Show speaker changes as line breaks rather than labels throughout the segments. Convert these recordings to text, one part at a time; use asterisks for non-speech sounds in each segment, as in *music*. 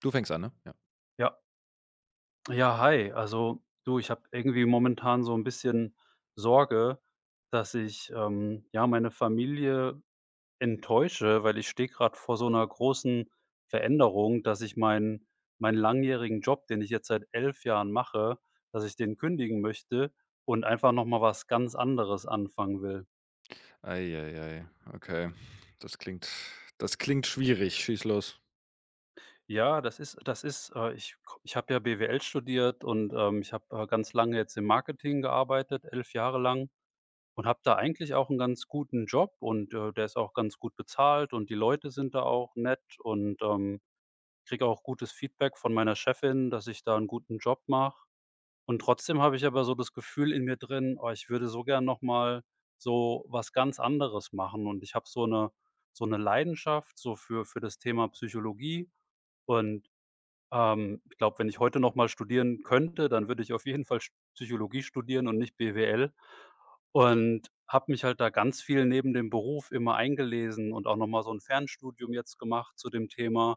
Du fängst an, ne? Ja.
Ja, ja, hi. Also du, ich habe irgendwie momentan so ein bisschen Sorge, dass ich, ja, meine Familie enttäusche, weil ich stehe gerade vor so einer großen Veränderung, dass ich meinen langjährigen Job, den ich jetzt seit 11 Jahren mache, dass ich den kündigen möchte und einfach noch mal was ganz anderes anfangen will.
Ei, ei, ei. Okay. Das klingt das klingt schwierig. Schieß los.
Ja, das ist, ich habe ja BWL studiert und, ich habe, ganz lange jetzt im Marketing gearbeitet, 11 Jahre lang. Und habe da eigentlich auch 'n ganz guten Job und, der ist auch ganz gut bezahlt und die Leute sind da auch nett und, kriege auch gutes Feedback von meiner Chefin, dass ich da 'n guten Job mache. Und trotzdem habe ich aber so das Gefühl in mir drin: „Oh, ich würde so gern noch mal so was ganz anderes machen." Und ich habe so 'ne Leidenschaft so für das Thema Psychologie und ich glaube, wenn ich heute noch mal studieren könnte, dann würde ich auf jeden Fall Sch Psychologie studieren und nicht BWL und habe mich halt da ganz viel neben dem Beruf immer eingelesen und auch noch mal so ein Fernstudium jetzt gemacht zu dem Thema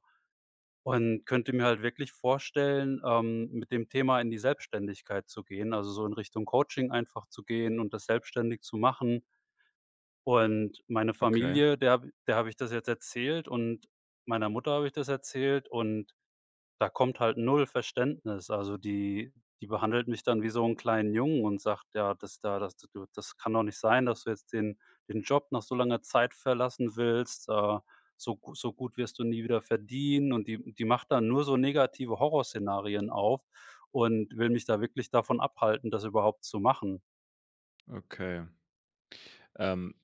und könnte mir halt wirklich vorstellen, mit dem Thema in die Selbstständigkeit zu gehen, also, so in Richtung Coaching einfach zu gehen und das selbstständig zu machen. Und meine
Okay,
Familie, der habe ich das jetzt erzählt und meiner Mutter habe ich das erzählt und da kommt halt null Verständnis. Also, die behandelt mich dann wie so einen kleinen Jungen und sagt: „Ja, das kann doch nicht sein, dass du jetzt den Job nach so langer Zeit verlassen willst. So gut wirst du nie wieder verdienen." Und die macht dann nur so negative Horrorszenarien auf und will mich da wirklich davon abhalten, das überhaupt zu machen.
okay. Ähm,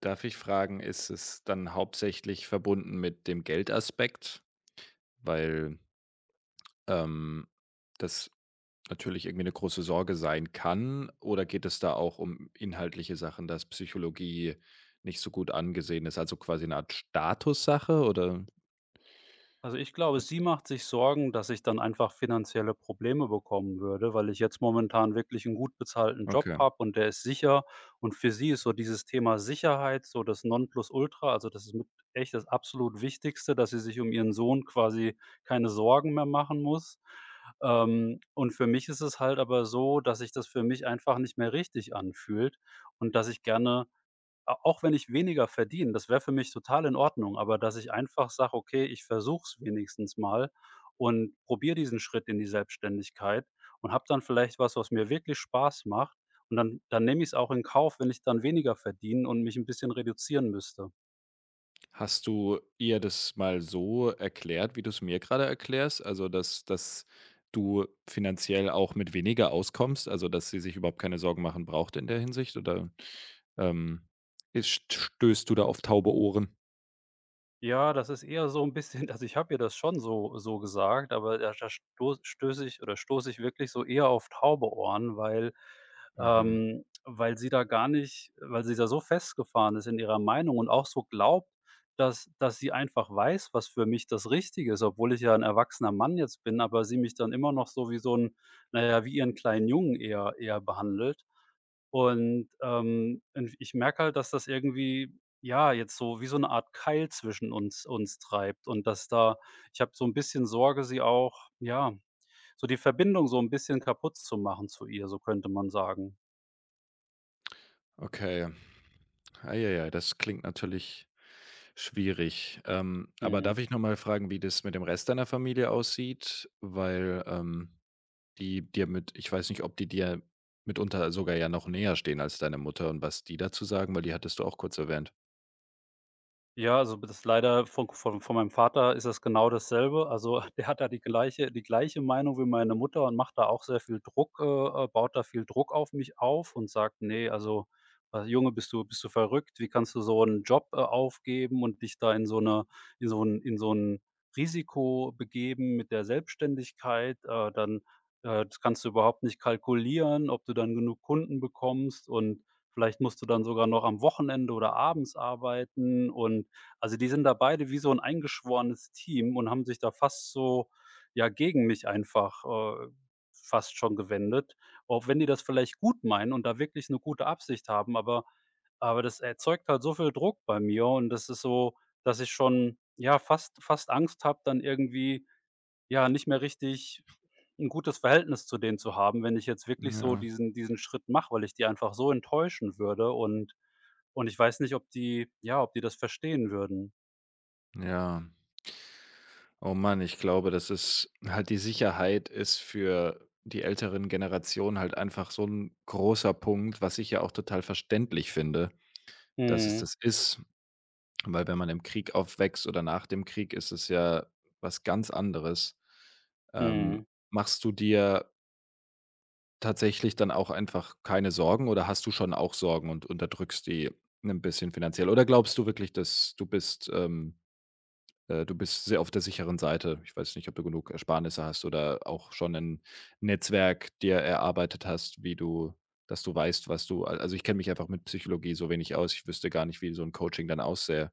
darf ich fragen, ist es dann hauptsächlich verbunden mit dem Geldaspekt? Weil, ähm, das natürlich irgendwie eine große Sorge sein kann oder geht es da auch um inhaltliche Sachen, dass Psychologie nicht so gut angesehen ist, also quasi eine Art Statussache oder
Also, ich glaube,
was?
sie macht sich Sorgen, dass ich dann einfach finanzielle Probleme bekommen würde, weil ich jetzt momentan wirklich einen gut bezahlten Job
Okay.
habe und der ist sicher. Und für sie ist so dieses Thema Sicherheit so das Nonplusultra. Also, das ist mit echt das absolut Wichtigste, dass sie sich um ihren Sohn quasi keine Sorgen mehr machen muss. Und für mich ist es halt aber so, dass sich das für mich einfach nicht mehr richtig anfühlt und dass ich gerne a auch wenn ich weniger verdiene, das wäre für mich total in Ordnung, aber dass ich einfach sage: „Okay, ich versuche es wenigstens mal und probiere diesen Schritt in die Selbstständigkeit und habe dann vielleicht was, was mir wirklich Spaß macht und dann nehme ich es auch in Kauf, wenn ich dann weniger verdiene und mich ein bisschen reduzieren müsste."
Hast du ihr das mal so erklärt, wie du es mir gerade erklärst? Also, dass du finanziell auch mit weniger auskommst, also, dass sie sich überhaupt keine Sorgen machen braucht in der Hinsicht oder, ähm, ist stößt du da auf taube Ohren?
Ja, das ist eher so ein bisschen also, ich habe ihr das schon so gesagt, aber da sto stöße ich oder stoße ich wirklich so eher auf taube Ohren, weil
Mhm.
weil sie da gar nicht weil sie da so festgefahren ist in ihrer Meinung und auch so glaubt, dass sie einfach weiß, was für mich das Richtige ist, obwohl ich ja ein erwachsener Mann jetzt bin, aber sie mich dann immer noch so wie so 'n na ja, wie ihren kleinen Jungen eher behandelt. Und ich merke halt, dass das irgendwie ja, jetzt so wie so eine Art Keil zwischen uns treibt und dass da ich habe so ein bisschen Sorge, sie auch ja, so die Verbindung so ein bisschen kaputt zu machen zu ihr, so könnte man sagen.
Okay. Ja, ei, das klingt natürlich schwierig. Aber darf
Mhm.
ich noch mal fragen, wie das mit dem Rest deiner Familie aussieht? Weil, ähm, die dir mit, ich weiß nicht, ob die dir mitunter sogar ja noch näher stehen als deine Mutter und was die dazu sagen, weil die hattest du auch kurz erwähnt.
Ja, also b das ist leider von meinem Vater ist das genau dasselbe. Also, *laughs* der hat da die gleiche Meinung wie meine Mutter und macht da auch sehr viel Druck baut da viel Druck auf mich auf und sagt: nee, also, Junge, bist du verrückt? Wie kannst du so einen Job, aufgeben und dich da in so eine in so ein Risiko begeben mit der Selbstständigkeit? Dann, das kannst du überhaupt nicht kalkulieren, ob du dann genug Kunden bekommst und vielleicht musst du dann sogar noch am Wochenende oder abends arbeiten und also, die sind da beide wie so ein eingeschworenes Team und haben sich da fast so, ja, gegen mich einfach, fast schon gewendet, auch wenn die das vielleicht gut meinen und da wirklich eine gute Absicht haben, aber das erzeugt halt so viel Druck bei mir und das ist so, dass ich schon, ja, fast Angst habe, dann irgendwie, ja, nicht mehr richtig ein gutes Verhältnis zu denen zu haben, wenn ich jetzt wirklich so
Ja,
diesen Schritt mache, weil ich die einfach so enttäuschen würde und ich weiß nicht, ob die ja, ob die das verstehen würden.
ja. Oh Mann, ich glaube, das ist halt, die Sicherheit ist für die älteren Generationen halt einfach so ein großer Punkt, was ich ja auch total verständlich finde, dass es
Mhm,
das ist. Weil wenn man im Krieg aufwächst oder nach dem Krieg, ist es ja was ganz anderes. Ähm,
mhm,
machst du dir tatsächlich dann auch einfach keine Sorgen oder hast du schon auch Sorgen und unterdrückst die ein bisschen finanziell? Oder glaubst du wirklich, dass du bist, du bist sehr auf der sicheren Seite? Ich weiß nicht, ob du genug Ersparnisse hast oder auch schon ein Netzwerk dir erarbeitet hast, wie du, dass du weißt, was du al also, ich kenne mich einfach mit Psychologie so wenig aus. Ich wüsste gar nicht, wie so ein Coaching dann aussähe.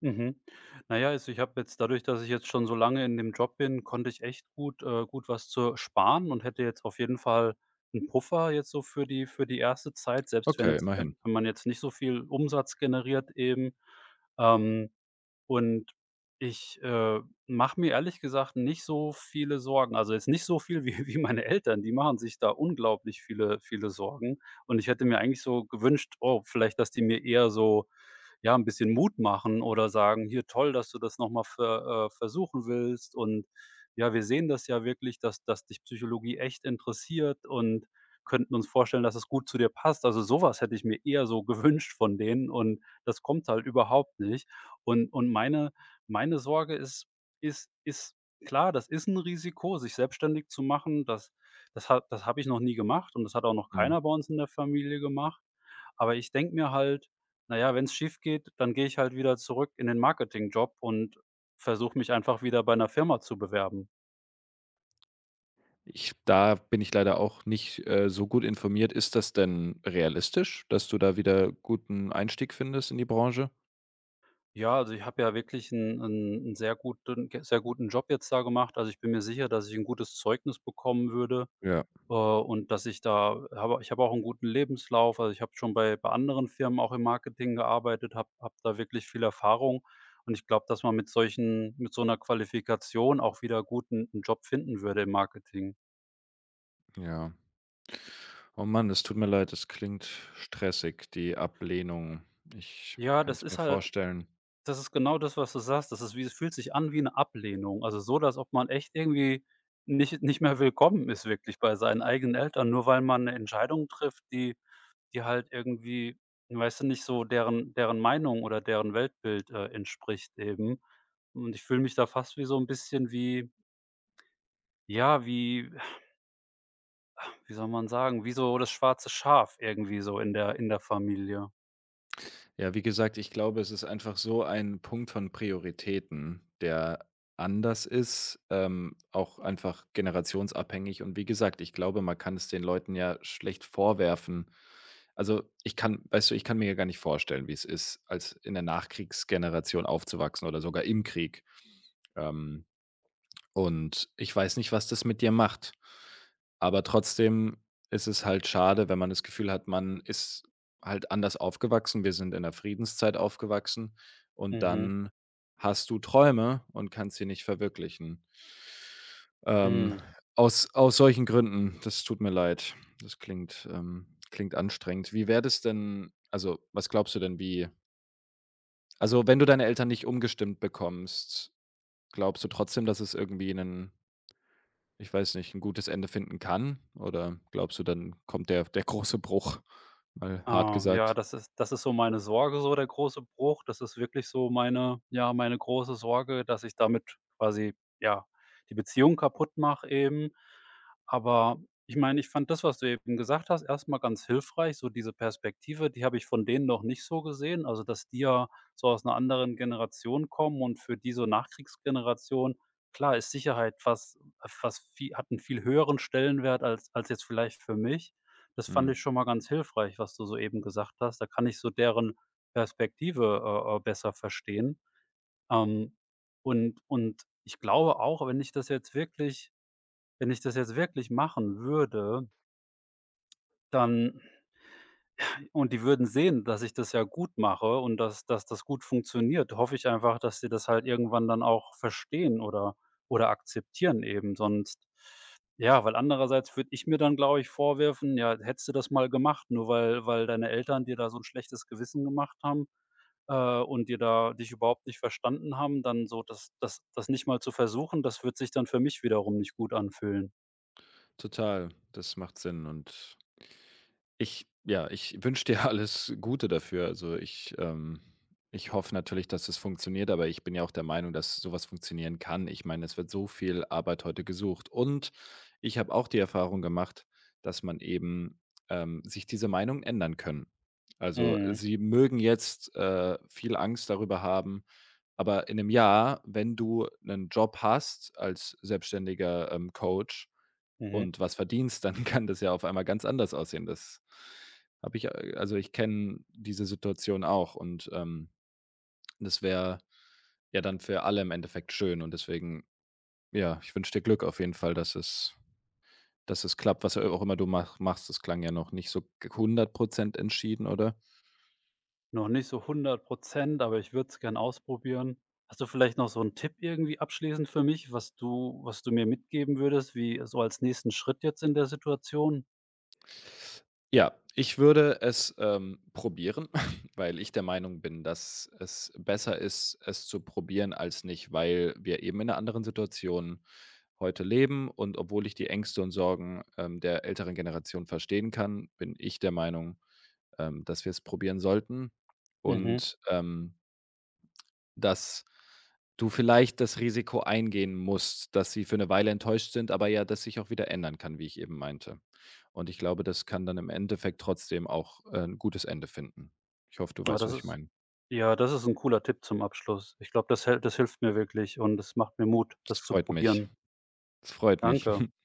mhm. Na ja, also, ich habe jetzt dadurch, dass ich jetzt schon so lange in dem Job bin, konnte ich echt gut was zu sparen und hätte jetzt auf jeden Fall einen Puffer jetzt so für die erste Zeit, selbst wenn
Okay,
jetzt
immerhin.
wenn wenn man jetzt nicht so viel Umsatz generiert eben. Ähm, und ich, mache mir ehrlich gesagt nicht so viele Sorgen. Also, jetzt nicht so viel *laughs* wie meine Eltern, die machen sich da unglaublich viele viele Sorgen. Und ich hätte mir eigentlich so gewünscht, oh, vielleicht, dass die mir eher so ja, ein bisschen Mut machen oder sagen: „Hier, toll, dass du das noch mal versuchen willst und ja, wir sehen das ja wirklich, dass dich Psychologie echt interessiert und könnten uns vorstellen, dass es gut zu dir passt." Also, sowas hätte ich mir eher so *laughs* gewünscht von denen und das kommt halt überhaupt nicht. Und meine Sorge ist klar, das ist ein Risiko, sich selbstständig zu machen. Das habe ich noch nie gemacht und das hat auch noch
Mhm.
keiner bei uns in der Familie gemacht. Aber ich denke mir halt na ja, wenn's schiefgeht, dann gehe ich halt wieder zurück in den Marketingjob und versuche mich einfach wieder bei einer Firma zu bewerben.
Ich, da bin ich leider auch nicht, so gut informiert. Ist das denn realistisch, dass du da wieder guten Einstieg findest in die Branche?
Ja, also, ich habe ja wirklich einen 'n sehr guten Job jetzt da gemacht. Also, ich bin mir sicher, dass ich ein gutes Zeugnis bekommen würde,
Ja,
und dass ich da habe ich habe auch einen guten Lebenslauf. Also, ich habe schon bei anderen Firmen auch im Marketing gearbeitet, habe da wirklich viel Erfahrung und ich glaube, dass man mit so einer Qualifikation auch wieder guten einen Job finden würde im Marketing.
ja. Oh Mann, das tut mir leid, das klingt stressig, die Ablehnung. Ich
Ja,
kann
das
es mir
ist halt.
vorstellen.
Das ist genau das, was du sagst. Das ist wie Es fühlt sich an wie eine Ablehnung. Also, so, dass, ob man echt irgendwie nicht mehr willkommen ist wirklich bei seinen eigenen Eltern, nur weil man 'ne Entscheidung trifft, die halt irgendwie, weißt du, nicht so deren Meinung oder deren Weltbild, entspricht eben. Und ich fühle mich da fast wie so ein bisschen wie ja, wie soll man sagen, wie so das schwarze Schaf irgendwie so in der Familie.
Ja, wie gesagt, ich glaube, es ist einfach so ein Punkt von Prioritäten, der anders ist, auch einfach generationsabhängig. Und wie gesagt, ich glaube, man kann es den Leuten ja schlecht vorwerfen. Also ich kann, weißt du, ich kann mir ja gar nicht vorstellen, wie es ist, als in der Nachkriegsgeneration aufzuwachsen oder sogar im Krieg. Ähm, und ich weiß nicht, was das mit dir macht. Aber trotzdem ist es halt schade, wenn man das Gefühl hat, man ist halt anders aufgewachsen. Wir sind in der Friedenszeit aufgewachsen und
Mhm,
dann hast du Träume und kannst sie nicht verwirklichen. Ähm,
mhm.
aus solchen Gründen, das tut mir leid. Das klingt, klingt anstrengend. Wie wäre das denn, also, was glaubst du denn, wie, also, wenn du deine Eltern nicht umgestimmt bekommst, glaubst du trotzdem, dass es irgendwie einen, ich weiß nicht, ein gutes Ende finden kann? Oder glaubst du, dann kommt der große Bruch, mal hart
Ja,
gesagt?
das ist so meine Sorge, so der große Bruch. Das ist wirklich so meine ja, meine große Sorge, dass ich damit quasi, ja, die Beziehung kaputt mache eben. Aber ich meine, ich fand das, was du eben gesagt hast, erstmal ganz hilfreich, so diese Perspektive, die habe ich von denen noch nicht so gesehen. Also, dass die ja so aus einer anderen Generation kommen und für diese Nachkriegsgeneration, klar, ist Sicherheit was was vie hat einen viel höheren Stellenwert als jetzt vielleicht für mich. Das fand
Mhm.
ich schon mal ganz hilfreich, was du soeben gesagt hast. Da kann ich so deren Perspektive, besser verstehen. Ähm, und ich glaube auch, wenn ich das jetzt wirklich wenn ich das jetzt wirklich machen würde, dann. Und die würden sehen, dass ich das ja gut mache und dass das gut funktioniert, hoffe ich einfach, dass sie das halt irgendwann dann auch verstehen oder akzeptieren eben, sonst ja, weil andererseits würde ich mir dann, glaube ich, vorwerfen: „Ja, hättest du das mal gemacht, nur weil deine Eltern dir da so ein schlechtes Gewissen gemacht haben, und dir da dich überhaupt nicht verstanden haben, dann so das nicht mal zu versuchen, das wird sich dann für mich wiederum nicht gut anfühlen."
Total, das macht Sinn und, ich, ja, ich wünsche dir *laughs* alles Gute dafür. Also, ich, ich hoffe natürlich, dass es funktioniert, aber ich bin ja auch der Meinung, dass sowas funktionieren kann. Ich meine, es wird so viel Arbeit heute gesucht und ich habe auch die Erfahrung gemacht, dass man eben, sich diese Meinungen ändern können. Also,
Mhm,
sie mögen jetzt, viel Angst darüber haben, aber in einem Jahr, wenn du einen Job hast als selbstständiger, Coach
mhm.
und was verdienst, dann *laughs* kann das ja auf einmal ganz anders aussehen. Das habe ich, also ich kenne diese Situation auch und, das wäre ja dann für alle im Endeffekt schön und deswegen, ja, ich wünsche dir Glück auf jeden Fall, dass es, dass es klappt, was auch immer du machst. Das klang ja noch nicht so 100% entschieden, oder?
Noch nicht so 100%, aber ich würde es gern ausprobieren. Hast du vielleicht noch so 'n Tipp irgendwie abschließend für mich, was du mir mitgeben würdest, wie so als nächsten Schritt jetzt in der Situation?
Ja, ich würde es, probieren, *laughs* weil ich der Meinung bin, dass es besser ist, es zu probieren als nicht, weil wir eben in einer anderen Situation heute leben und obwohl ich die Ängste und Sorgen, der älteren Generation verstehen kann, bin ich der Meinung, dass wir es probieren sollten
Mhm.
und, ähm, dass du vielleicht das Risiko eingehen musst, dass sie für eine Weile enttäuscht sind, aber ja, das sich auch wieder ändern kann, wie ich eben meinte. Und ich glaube, das kann dann im Endeffekt trotzdem auch, 'n gutes Ende finden. Ich hoffe, du
Ah,
weißt,
das
was ich
ist
meine.
ja, das ist 'n cooler Tipp zum Abschluss. Ich glaube, das hilft mir wirklich und es macht mir Mut,
Das
das zu
freut mich.
probieren.
Das freut mich.
Danke.
*laughs*